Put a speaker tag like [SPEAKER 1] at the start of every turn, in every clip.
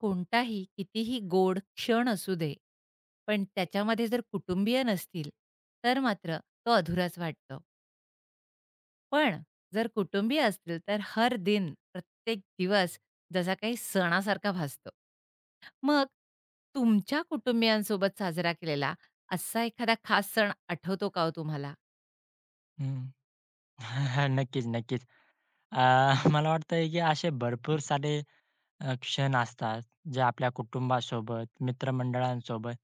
[SPEAKER 1] कोणताही, कितीही गोड क्षण असू दे, पण त्याच्यामध्ये जर कुटुंबीय नसतील, तर मात्र तो अधुराच वाटतो. पण जर कुटुंबीय असतील, तर हर दिन, प्रत्येक दिवस जसा काही सणासारखा भासतो. मग तुमच्या कुटुंबियांसोबत साजरा केलेला असा एखादा खास सण आठवतो का हो तुम्हाला?
[SPEAKER 2] हं. नक्कीच, नक्कीच. अ, मला वाटतंय की असे भरपूर सारे क्षण असतात, जे आपल्या कुटुंबासोबत, मित्रमंडळांसोबत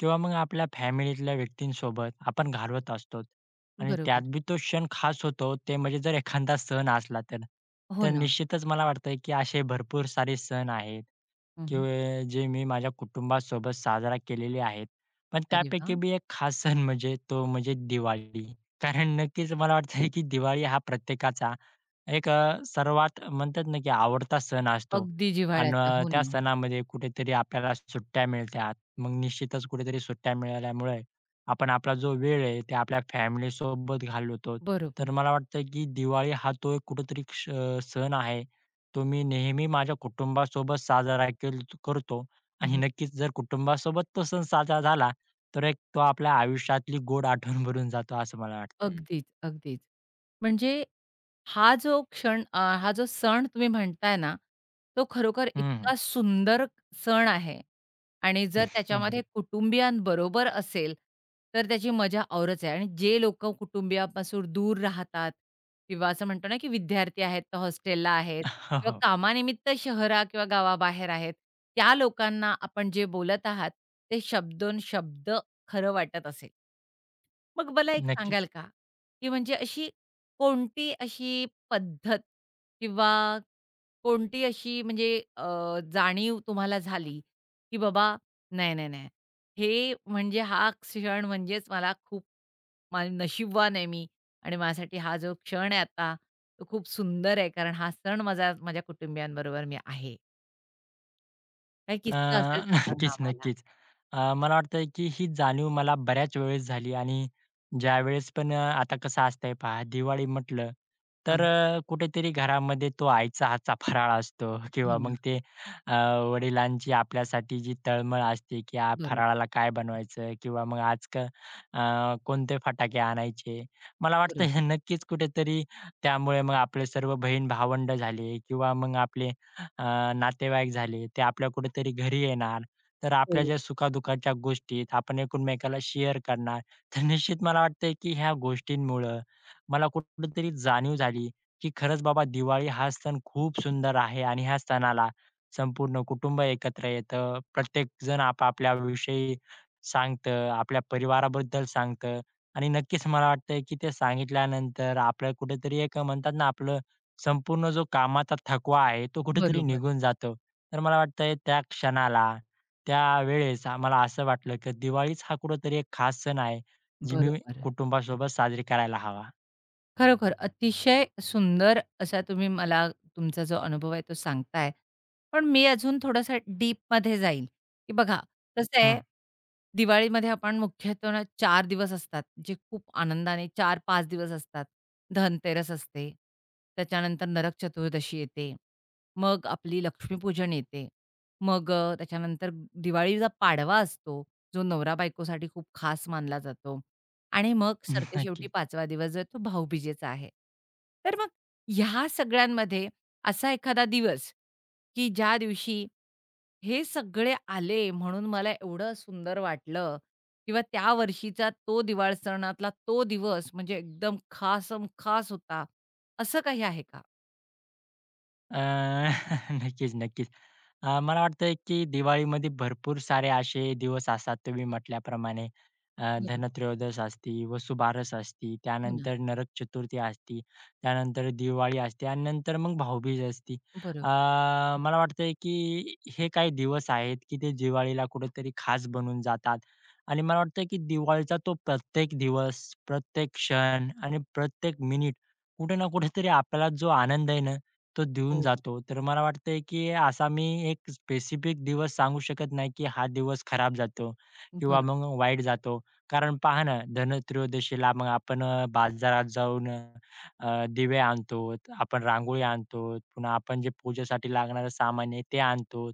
[SPEAKER 2] किंवा मग आपल्या फॅमिलीतल्या व्यक्तींसोबत आपण घालवत असतो आणि त्यात
[SPEAKER 1] बरोबर.
[SPEAKER 2] बी तो क्षण खास होतो, ते म्हणजे जर एखादा सण असला तर.
[SPEAKER 1] हो
[SPEAKER 2] तर
[SPEAKER 1] ना.
[SPEAKER 2] निश्चितच मला वाटतंय, की असे भरपूर सारे सण आहेत,
[SPEAKER 1] हं.
[SPEAKER 2] किंवा जे मी माझ्या कुटुंबासोबत साजरा केलेले आहेत. पण
[SPEAKER 1] अरे
[SPEAKER 2] त्यापैकी
[SPEAKER 1] वाह!
[SPEAKER 2] बी एक खास सण म्हणजे तो म्हणजे दिवाळी. कारण नक्कीच मला वाटतंय, की दिवाळी हा प्रत्येकाचा एक सर्वात म्हणतात ना, की आवडता सण असतो
[SPEAKER 1] अगदी
[SPEAKER 2] अन्
[SPEAKER 1] जिव्हाळ्याचा. हो
[SPEAKER 2] त्या
[SPEAKER 1] ना.
[SPEAKER 2] सणामध्ये कुठेतरी आपल्याला सुट्ट्या मिळतात. मग निश्चितच कुठेतरी सुट्ट्या मिळाल्यामुळे आपण आपला जो वेळ आहे, ते आपल्या फॅमिलीसोबत घालवतो.
[SPEAKER 1] बरोबर.
[SPEAKER 2] तर मला वाटतं, की दिवाळी हा तो एक कुठेतरी सण आहे. तो मी नेहमी माझ्या कुटुंबासोबत साजरा केल करतो आणि
[SPEAKER 1] हो.
[SPEAKER 2] नक्कीच जर कुटुंबासोबत तो सण साजरा झाला, तर एक तो आपल्या आयुष्यातली गोड आठवण बनून जातो, असं मला वाटतंय.
[SPEAKER 1] अगदीच, अगदीच. म्हणजे हा जो हा जो सण तुम्ही म्हणताय ना, तो खरोखर
[SPEAKER 2] हं, हं.
[SPEAKER 1] इतका सुंदर सण आहे आणि जर त्याच्यामध्ये कुटुंबियांबरोबर असेल, तर त्याची मजा औरच आहे आणि जे लोकं कुटुंबियापासून दूर राहतात किंवा असं म्हणतो ना, की विद्यार्थी आहेत, तर हॉस्टेलला आहेत
[SPEAKER 2] हो,
[SPEAKER 1] किंवा
[SPEAKER 2] हो.
[SPEAKER 1] कामानिमित्त शहरा किंवा गावाबाहेर आहेत, त्या लोकांना आपण जे बोलत आहात, ते शब्दोनशब्द खरं वाटत असेल. मग मला एक
[SPEAKER 2] नक्कीच.
[SPEAKER 1] सांगाल का, की म्हणजे अशी कोणती अशी पद्धत किंवा कोणती अशी जाणीव तुम्हाला झाली, की बाबा नाही, नाही, नाही. हे म्हणजे हा क्षण म्हणजेच मला खूप नशीबवान आहे मी आणि माझ्यासाठी हा जो क्षण आहे आता, तो खूप सुंदर आहे. कारण हा सण माझा माझ्या कुटुंबियांबरोबर मी आहे. काही
[SPEAKER 2] अ,
[SPEAKER 1] किस्सा असेल तर सांगा
[SPEAKER 2] नक्कीच,
[SPEAKER 1] आम्हाला.
[SPEAKER 2] नक्कीच. मला वाटतंय की ही जाणीव मला बऱ्याच वेळेस झाली आणि ज्यावेळेस पण आता कसं असतंय पहा दिवाळी म्हटलं, तर
[SPEAKER 1] हां.
[SPEAKER 2] कुठेतरी घरामध्ये तो आईचा हातचा फराळ असतो
[SPEAKER 1] हो
[SPEAKER 2] किंवा मग
[SPEAKER 1] ना.
[SPEAKER 2] ते अ, वडिलांची आपल्यासाठी जी तळमळ असते की
[SPEAKER 1] बरोबर,
[SPEAKER 2] फराळाला काय बनवायचं किंवा मग अ, कोणते फटाके आणायचे. मला वाटतं
[SPEAKER 1] बरोबर.
[SPEAKER 2] हे नक्कीच कुठेतरी त्यामुळे मग आपले सर्व बहीण-भावंड झाले किंवा मग आपले अ, नातेवाईक झाले, ते आपल्या कुठेतरी घरी येणार. तर आपल्या
[SPEAKER 1] हो.
[SPEAKER 2] ज्या सुखा-दुःखाच्या गोष्टीत आपण एकमेकाला शेअर करणार. तर निश्चित मला वाटतंय की ह्या गोष्टींमुळं मला कुठेतरी जाणीव झाली, की खरंच बाबा दिवाळी हा सण खूप सुंदर आहे आणि ह्या सणाला संपूर्ण कुटुंब एकत्र येतं. प्रत्येकजण आपापल्या विषयी सांगतं, आपल्या परिवाराबद्दल सांगतं आणि नक्कीच मला वाटतंय की ते सांगितल्यानंतर आपलं कुठेतरी एक म्हणतात ना आपलं संपूर्ण जो कामाचा थकवा आहे तो कुठेतरी
[SPEAKER 1] बरोबर,
[SPEAKER 2] निघून जातो. तर मला वाटतंय त्या क्षणाला, त्या वेळेस मला असं वाटलं, की दिवाळीच हा कुठेतरी एक खास सण आहे, जी मी
[SPEAKER 1] बरोबर.
[SPEAKER 2] कुटुंबासोबत साजरी करायला हवा.
[SPEAKER 1] खरोखर अतिशय सुंदर असा तुम्ही मला तुमचा जो अनुभव आहे तो सांगताय. पण मी अजून थोडासा डीपमध्ये जाईल, की बघा कसं आहे,
[SPEAKER 2] हं,
[SPEAKER 1] दिवाळीमध्ये आपण मुख्यतः ना चार दिवस असतात, जे खूप आनंदाने चार 5 दिवस असतात. धनतेरस असते, त्याच्यानंतर नरक चतुर्दशी येते. मग आपली लक्ष्मीपूजन येते. त्याच्यानंतर दिवाळीचा पाडवा असतो, जो नवरा-बायकोसाठी खूप खास मानला जातो. आणि मग
[SPEAKER 2] नक्कीच.
[SPEAKER 1] सरतेशेवटी पाचवा दिवस जो आहे तो भाऊबीजेचा आहे. तर मग ह्या सगळ्यांमध्ये असा एखादा दिवस, की ज्या दिवशी हे सगळे आले म्हणून मला एवढं सुंदर वाटलं किंवा त्या वर्षीचा तो दिवाळ सणातला तो दिवस म्हणजे एकदम खासम खास होता, असं काही आहे का?
[SPEAKER 2] अ, नक्कीच, नक्कीच. मला वाटतंय की दिवाळीमध्ये भरपूर सारे असे दिवस असतात तुम्ही म्हटल्याप्रमाणे.
[SPEAKER 1] बरोबर.
[SPEAKER 2] धनत्रयोदश असती, वसुबारस असती,
[SPEAKER 1] हो ना.
[SPEAKER 2] त्यानंतर नरक चतुर्थी असती, त्यानंतर दिवाळी असते आणि नंतर मग भाऊबीज असती. अ,
[SPEAKER 1] बरोबर.
[SPEAKER 2] मला वाटतंय की हे काही दिवस आहेत की ते दिवाळीला कुठेतरी खास बनून जातात आणि मला वाटतं की दिवाळीचा तो प्रत्येक दिवस, प्रत्येक क्षण आणि प्रत्येक मिनिट कुठे ना कुठेतरी आपल्याला जो आनंद आहे ना तो देऊन
[SPEAKER 1] हो.
[SPEAKER 2] जातो. तर मला वाटतंय, की असा मी एक स्पेसिफिक दिवस सांगू शकत नाही, की हा दिवस खराब जातो किंवा
[SPEAKER 1] बरं.
[SPEAKER 2] मग वाईट जातो. कारण पहा ना, धनत्रयोदशीला मग आपण बाजारात जाऊन दिवे आणतो, आपण रांगोळी आणतो, पुन्हा आपण जे पूजेसाठी लागणारं सामान आहे ते आणतो.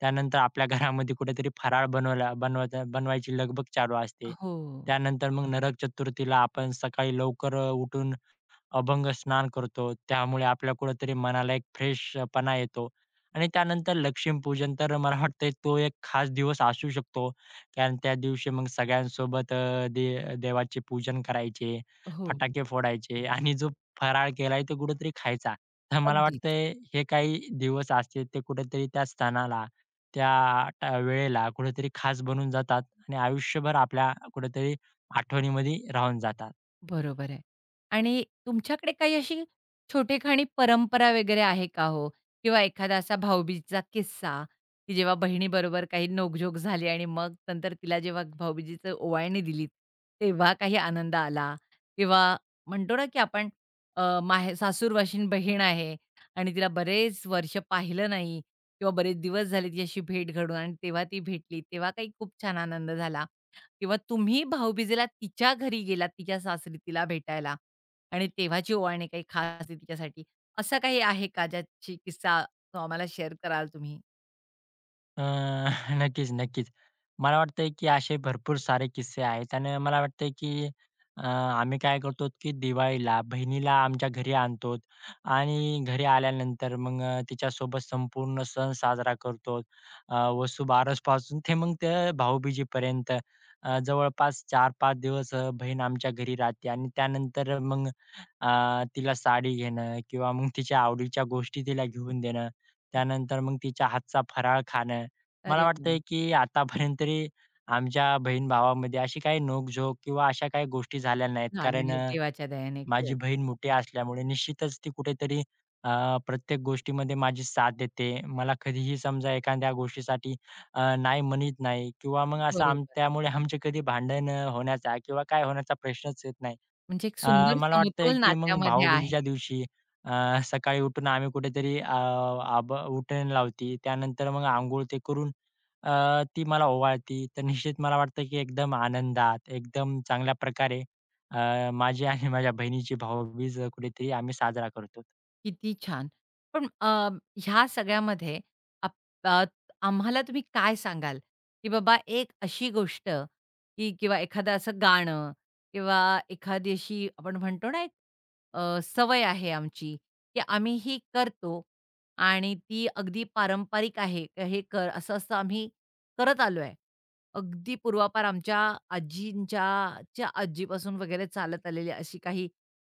[SPEAKER 2] त्यानंतर आपल्या घरामध्ये कुठेतरी फराळ बनवला बनवायचा बनवायची लगबग चालू असते.
[SPEAKER 1] हो,
[SPEAKER 2] त्यानंतर मग नरक चतुर्थीला आपण सकाळी लवकर उठून अभंग स्नान करतो. त्यामुळे आपल्या कुठेतरी मनाला एक फ्रेशपणा येतो आणि त्यानंतर लक्ष्मीपूजन तर मला वाटतंय तो एक खास दिवस असू शकतो. कारण त्या दिवशी मग सगळ्यांसोबत अ, दे देवाचे पूजन करायचे,
[SPEAKER 1] हो.
[SPEAKER 2] फटाके फोडायचे आणि जो फराळ केलाय तो कुठेतरी खायचा. तर मला
[SPEAKER 1] अगदीच.
[SPEAKER 2] वाटतंय हे काही दिवस असतील ते कुठेतरी त्या सणाला, त्या वेळेला कुठेतरी खास बनून जातात आणि आयुष्यभर आपल्या कुठेतरी आठवणीमध्ये राहून जातात.
[SPEAKER 1] बरोबर आहे. आणि तुमच्याकडे काही अशी छोटेखानी परंपरा वगैरे आहे का हो? किंवा एखादा असा भाऊबीजेचा किस्सा, की जेव्हा बहिणीबरोबर काही नोकझोक झाली आणि मग नंतर तिला जेव्हा भाऊबीजेची ओवाळणी दिली, तेव्हा काही आनंद आला? किंवा म्हणतो ना, की माहे सासूरवाशीण बहीण आहे आणि तिला बरेच वर्ष पाहिलं नाही किंवा बरेच दिवस झाले तिच्याशी भेट घडून आणि तेव्हा ती भेटली, तेव्हा काही खूप छान आनंद झाला? किंवा तुम्ही भाऊबीजेला तिच्या घरी गेलात, तिच्या सासरी तिला भेटायला आणि तेव्हाची ओवाळणी काही खास असते तिच्यासाठी. असं काही आहे का ज्याची किस्सा तो आम्हाला शेअर कराल तुम्ही?
[SPEAKER 2] अ, नक्कीच, नक्कीच. मला वाटतंय की असे भरपूर सारे किस्से आहेत आणि मला वाटतंय की आम्ही काय करतो की दिवाळीला बहिणीला आमच्या घरी आणतो आणि घरी आल्यानंतर मग तिच्यासोबत संपूर्ण सण साजरा करतो. वसुबारसपासून ते मग ते भाऊबीजेपर्यंत जवळपास 4-5 दिवस बहीण आमच्या घरी राहते आणि त्यानंतर मग अ, तिला साडी घेणं किंवा मग तिच्या आवडीच्या गोष्टी तिला घेऊन देणं. त्यानंतर मग तिच्या हातचा फराळ खाणं मला
[SPEAKER 1] अरे
[SPEAKER 2] वाटतंय
[SPEAKER 1] वाह!
[SPEAKER 2] की आतापर्यंत तरी आमच्या बहीण-भावामध्ये अशी काही नोकझोक किंवा अशा काही गोष्टी झाल्या नाहीत.
[SPEAKER 1] झालं
[SPEAKER 2] कारण
[SPEAKER 1] नाही देवाच्या दयेने
[SPEAKER 2] माझी
[SPEAKER 1] खरंच.
[SPEAKER 2] बहीण मोठी असल्यामुळे निश्चितच ती कुठेतरी प्रत्येक गोष्टीमध्ये माझी साथ देते. मला कधीही समजा एखाद्या गोष्टीसाठी नाही म्हणत नाही किंवा मग असं आम
[SPEAKER 1] बरोबर.
[SPEAKER 2] त्यामुळे आमचे कधी भांडण होण्याचा किंवा काय होण्याचा प्रश्नच येत नाही.
[SPEAKER 1] म्हणजे एक सुंदर
[SPEAKER 2] मला वाटतंय
[SPEAKER 1] समतोल
[SPEAKER 2] की मग
[SPEAKER 1] नात्यामध्ये आहे.
[SPEAKER 2] भाऊबीजेच्या दिवशी अ, सकाळी उठून आम्ही कुठेतरी अ, आब उटण लावती. त्यानंतर मग अंघोळ ते करून अ, ती मला ओवाळती. तर निश्चित मला वाटतं की एकदम आनंदात, एकदम चांगल्या प्रकारे माझी आणि माझ्या बहिणीची भाऊबीज कुठेतरी आम्ही साजरा करतो.
[SPEAKER 1] किती छान! पण अ, ह्या सगळ्यामध्ये आप अ, आम्हाला तुम्ही काय सांगाल, की बाबा एक अशी गोष्ट की किंवा एखादं असं गाणं किंवा एखादी अशी आपण म्हणतो ना, एक सवय आहे आमची, की आम्ही ही करतो आणि ती अगदी पारंपरिक आहे. का हे कर असं-असं आम्ही करत आलोय. अगदी पूर्वापार आमच्या आजींच्या च्या आजीपासून वगैरे चालत आलेली अशी काही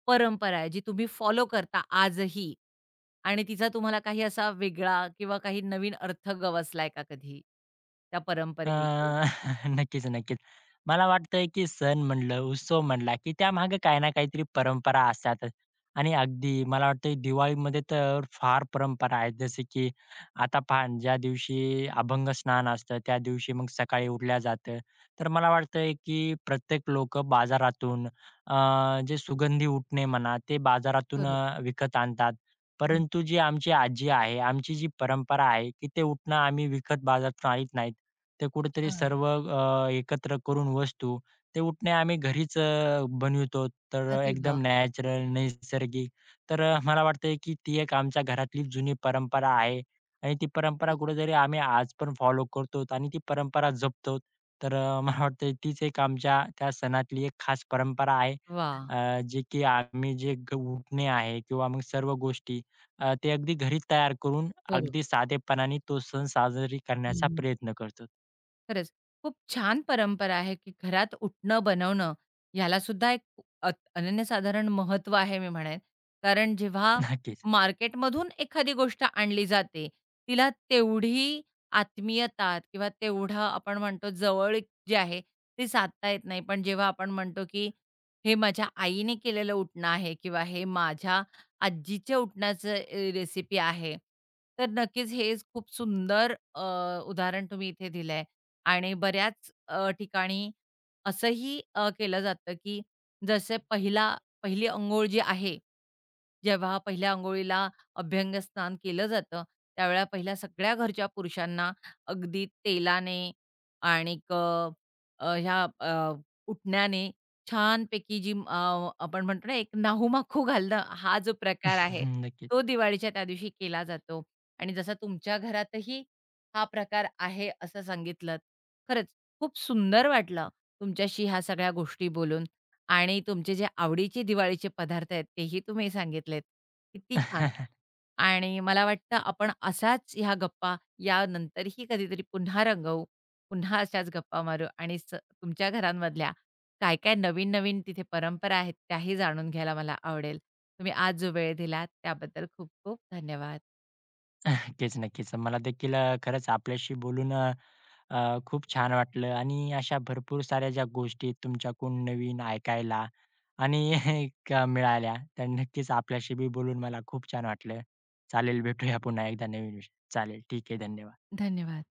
[SPEAKER 1] परंपरा आहे जी तुम्ही फॉलो करता आजही आणि तिचा तुम्हाला काही असा वेगळा किंवा काही नवीन अर्थ गवसलाय का कधी त्या
[SPEAKER 2] अ,
[SPEAKER 1] परंपरेविषयी?
[SPEAKER 2] नक्कीच, नक्कीच. मला वाटतंय की सण म्हणलं, उत्सव म्हणला, की त्यामागे काही ना काहीतरी परंपरा असतातच. आणि अगदी मला वाटतंय दिवाळीमध्ये तर फार परंपरा आहेत. जसे की आता पहा ज्या दिवशी अभंग स्नान असतं, त्या दिवशी मग सकाळी उठल्या जातं. तर मला वाटतंय की प्रत्येक लोकं बाजारातून जे सुगंधी उटणे म्हणा, ते बाजारातून
[SPEAKER 1] बरोबर.
[SPEAKER 2] विकत आणतात.
[SPEAKER 1] हं.
[SPEAKER 2] परंतु जी आमची आजी आहे, आमची जी परंपरा आहे, की ते उटणं आम्ही विकत बाजारातून आणीत नाहीत. ते कुठेतरी
[SPEAKER 1] अच्छा.
[SPEAKER 2] सर्व एकत्र करून वस्तू ते उटणे आम्ही घरीच बनवितो. तर
[SPEAKER 1] अरे वाह!
[SPEAKER 2] एकदम नॅचरल, नैसर्गिक. तर मला वाटतंय की ती एक आमच्या घरातली जुनी परंपरा आहे आणि ती परंपरा
[SPEAKER 1] किती छान.
[SPEAKER 2] कुठेतरी आम्ही आज पण फॉलो करतो आणि ती परंपरा जपतो. तर मला वाटतंय तीच एक आमच्या त्या सणातली एक खास परंपरा आहे.
[SPEAKER 1] वाह!
[SPEAKER 2] जे की आम्ही जे उटणे आहे किंवा मग सर्व गोष्टी ते अगदी घरी तयार करून अगदी
[SPEAKER 1] बरोबर.
[SPEAKER 2] साधेपणाने तो सण साजरी
[SPEAKER 1] हं,
[SPEAKER 2] करण्याचा
[SPEAKER 1] हं.
[SPEAKER 2] प्रयत्न करतो.
[SPEAKER 1] खरंच. खूप छान परंपरा आहे, की घरात उठणं, बनवणं ह्याला सुद्धा एक अत अनन्यसाधारण महत्त्व आहे मी म्हणेन. कारण जेव्हा
[SPEAKER 2] नक्कीच.
[SPEAKER 1] मार्केटमधून एखादी गोष्ट आणली जाते, तिला तेवढी आत्मीयता किंवा तेवढं आपण म्हणतो जवळीक जी आहे, ती साधता येत नाही. पण जेव्हा आपण म्हणतो, की हे माझ्या आईने केलेलं उटणं आहे किंवा हे माझ्या आजीच्या उटणाचं रेसिपी आहे. तर नक्कीच हे खूप सुंदर उदाहरण तुम्ही इथे दिलं आणि बऱ्याच ठिकाणी असंही केलं जातं, की जसं पहिली अंघोळ जी आहे, जेव्हा पहिल्या अंघोळीला अभ्यंग स्नान केलं जातं, त्यावेळेला पहिल्या सगळ्या घरच्या पुरुषांना अगदी तेलाने आणि अ, अ, ह्या अ, उटण्याने छानपैकी जी आपण म्हणतो ना, एक नाहूमाखू घालणं हा जो प्रकार आहे,
[SPEAKER 2] नक्कीच.
[SPEAKER 1] तो दिवाळीच्या त्या दिवशी केला जातो. आणि जसा तुमच्या घरातही हा प्रकार आहे असं सांगितलंत. खरंच खूप सुंदर वाटलं तुमच्याशी ह्या सगळ्या गोष्टी बोलून. आणि तुमचे जे आवडीचे दिवाळीचे पदार्थ आहेत, तेही तुम्ही सांगितलेत. किती छान! आणि मला वाटतं आपण असाच ह्या गप्पा यानंतरही कधीतरी पुन्हा रंगवू, पुन्हा अशाच गप्पा मारू आणि तुमच्या घरांमधल्या काय-काय नवीन-नवीन तिथे परंपरा आहेत, त्याही जाणून घ्यायला मला आवडेल. तुम्ही आज जो वेळ दिलात त्याबद्दल खूप-खूप धन्यवाद.
[SPEAKER 2] नक्कीच, नक्कीच. मला देखील खरंच आपल्याशी बोलून अ, अ, खूप छान वाटलं आणि अशा भरपूर साऱ्या ज्या गोष्टी तुमच्याकडून नवीन ऐकायला आणि का मिळाल्या, तर नक्कीच आपल्याशी बी बोलून मला खूप छान वाटलं. चालेल, भेटूया पुन्हा एकदा नवीन विषय. चालेल, ठीक आहे. धन्यवाद.
[SPEAKER 1] धन्यवाद.